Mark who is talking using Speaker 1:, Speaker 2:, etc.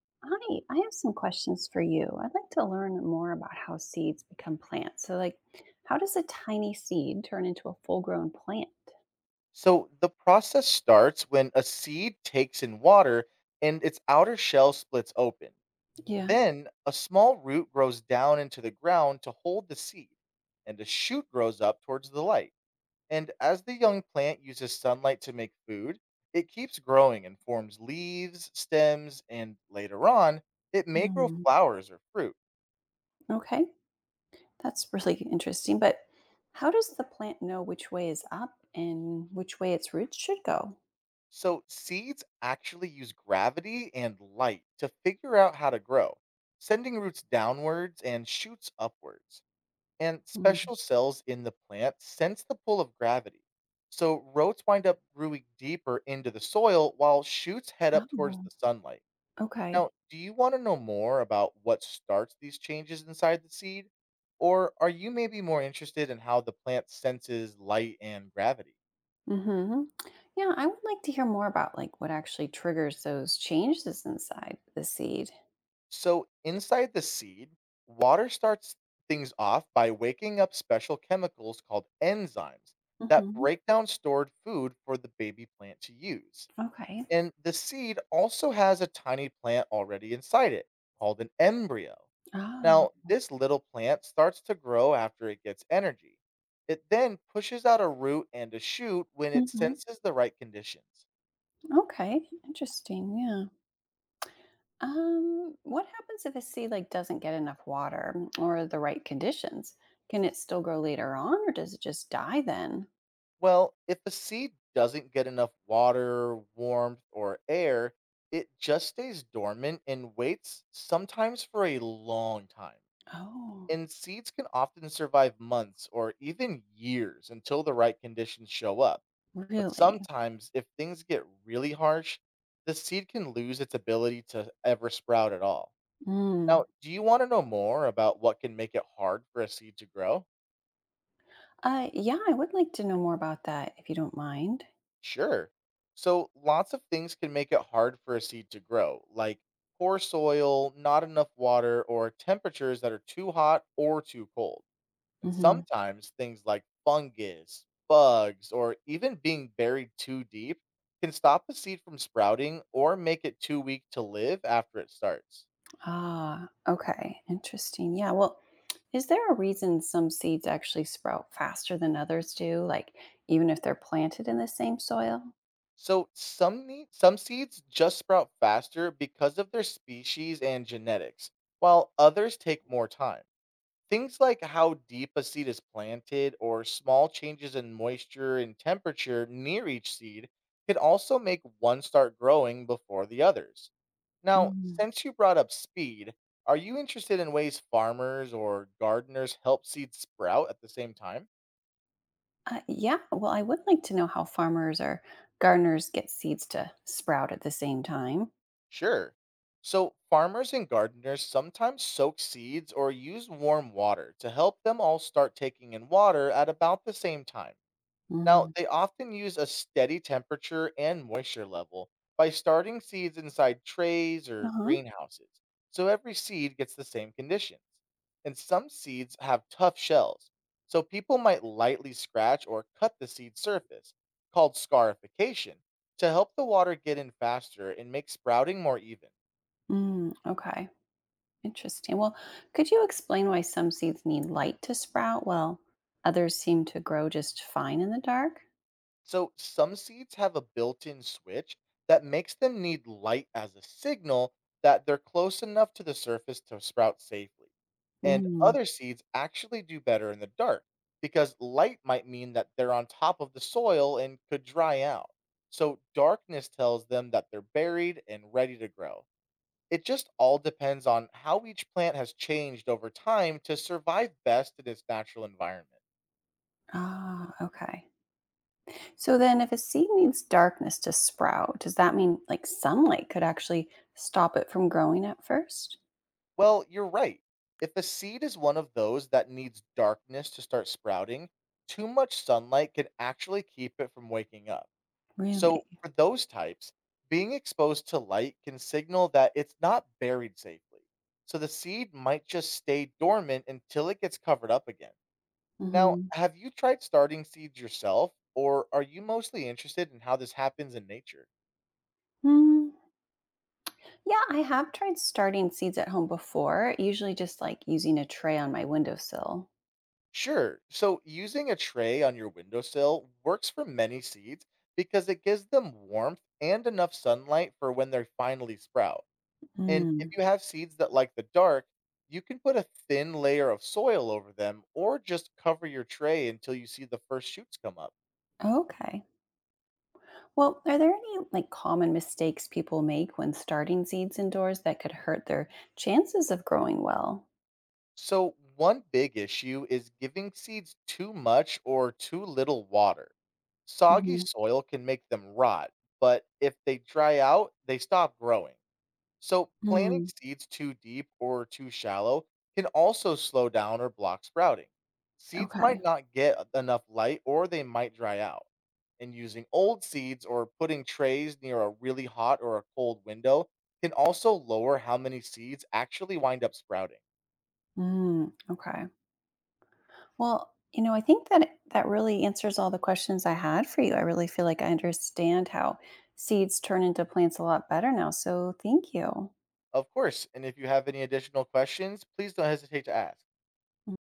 Speaker 1: Hi, I have some questions for you. I'd like to learn more about how seeds become plants. So, like, how does a tiny seed turn into a full grown plant?
Speaker 2: So the process starts when a seed takes in water and its outer shell splits open.
Speaker 1: Yeah.
Speaker 2: Then a small root grows down into the ground to hold the seed, and a shoot grows up towards the light. And as the young plant uses sunlight to make food, it keeps growing and forms leaves, stems, and later on, it may grow
Speaker 1: Mm,
Speaker 2: flowers or fruit.
Speaker 1: okay, that's really interesting. But how does the plant know which way is up and which way its roots should go?
Speaker 2: So, seeds actually use gravity and light to figure out how to grow, sending roots downwards and shoots upwards. And
Speaker 1: Mm.
Speaker 2: special cells in the plant sense the pull of gravity. So, roots wind up growing deeper into the soil while shoots head up towards
Speaker 1: Oh,
Speaker 2: the sunlight. Now,
Speaker 1: okay.
Speaker 2: do you want to know more about what starts these changes inside the seed? Or are you maybe more interested in how the plant senses light and gravity?
Speaker 1: Hmm. Yeah, I would like to hear more about what actually triggers those changes inside the seed.
Speaker 2: So, inside the seed, water starts things off by waking up special chemicals called enzymes that
Speaker 1: Hmm.
Speaker 2: break down stored food for the baby plant to use.
Speaker 1: Okay.
Speaker 2: And the seed also has a tiny plant already inside it called an embryo.
Speaker 1: Oh.
Speaker 2: Now, this little plant starts to grow after it gets energy. It then pushes out a root and a shoot when it senses the right conditions.
Speaker 1: Okay, interesting. Yeah. What happens if a seed doesn't get enough water or the right conditions? Can it still grow later on, or does it just die then?
Speaker 2: Well, if a seed doesn't get enough water, warmth, or air, it just stays dormant and waits sometimes for a long time.
Speaker 1: Oh,
Speaker 2: And seeds can often survive months or even years until the right conditions show up. But
Speaker 1: really?
Speaker 2: sometimes, if things get really harsh, the seed can lose its ability to ever sprout at all.
Speaker 1: Mm.
Speaker 2: Now, do you want to know more about what can make it hard for a seed to grow?
Speaker 1: Yeah, I would like to know more about that if you don't mind.
Speaker 2: Sure. So lots of things can make it hard for a seed to grow, like poor soil, not enough water, or temperatures that are too hot or too cold. And
Speaker 1: Hmm.
Speaker 2: sometimes things like fungus, bugs, or even being buried too deep can stop a seed from sprouting or make it too weak to live after it starts.
Speaker 1: Ah, okay, interesting. Yeah. Well, is there a reason some seeds actually sprout faster than others do? Like even if they're planted in the same soil?
Speaker 2: Some seeds just sprout faster because of their species and genetics, while others take more time. Things like how deep a seed is planted or small changes in moisture and temperature near each seed can also make one start growing before the others. Now, since you brought up speed, are you interested in ways farmers or gardeners help seeds sprout at the same time?
Speaker 1: Yeah, well, I would like to know how farmers or gardeners get seeds to sprout at the same time.
Speaker 2: Sure. So, farmers and gardeners sometimes soak seeds or use warm water to help them all start taking in water at about the same time. Now,
Speaker 1: Mm.
Speaker 2: they often use a steady temperature and moisture level by starting seeds inside trays or
Speaker 1: Uh-huh.
Speaker 2: greenhouses, so every seed gets the same conditions. And some seeds have tough shells, so people might lightly scratch or cut the seed surface, called scarification, to help the water get in faster and make sprouting more even.
Speaker 1: Mm, okay. Interesting. Well, could you explain why some seeds need light to sprout while others seem to grow just fine in the dark?
Speaker 2: So some seeds have a built-in switch that makes them need light as a signal that they're close enough to the surface to sprout safely. And
Speaker 1: Mm.
Speaker 2: other seeds actually do better in the dark because light might mean that they're on top of the soil and could dry out. So darkness tells them that they're buried and ready to grow. It just all depends on how each plant has changed over time to survive best in its natural environment.
Speaker 1: Ah, okay. So then if a seed needs darkness to sprout, does that mean sunlight could actually stop it from growing at first?
Speaker 2: Well, you're right. If a seed is one of those that needs darkness to start sprouting, too much sunlight can actually keep it from waking up. So,
Speaker 1: Really?
Speaker 2: for those types, being exposed to light can signal that it's not buried safely. So, the seed might just stay dormant until it gets covered up again. Now,
Speaker 1: Mm-hmm.
Speaker 2: have you tried starting seeds yourself, or are you mostly interested in how this happens in nature?
Speaker 1: Hmm. Yeah, I have tried starting seeds at home before, usually just using a tray on my windowsill.
Speaker 2: Sure. So using a tray on your windowsill works for many seeds because it gives them warmth and enough sunlight for when they finally sprout. And if
Speaker 1: Mm,
Speaker 2: you have seeds that like the dark, you can put a thin layer of soil over them or just cover your tray until you see the first shoots come up.
Speaker 1: okay. Well, are there any common mistakes people make when starting seeds indoors that could hurt their chances of growing well?
Speaker 2: So, one big issue is giving seeds too much or too little water. Soggy
Speaker 1: Hmm.
Speaker 2: soil can make them rot, but if they dry out, they stop growing. So, planting
Speaker 1: Mm,
Speaker 2: seeds too deep or too shallow can also slow down or block sprouting. Seeds
Speaker 1: okay.
Speaker 2: might not get enough light or they might dry out. And using old seeds or putting trays near a really hot or a cold window can also lower how many seeds actually wind up sprouting.
Speaker 1: Mm, okay. Well, you know, I think that really answers all the questions I had for you. I really feel like I understand how seeds turn into plants a lot better now. So thank you.
Speaker 2: Of course, and if you have any additional questions, please don't hesitate to ask.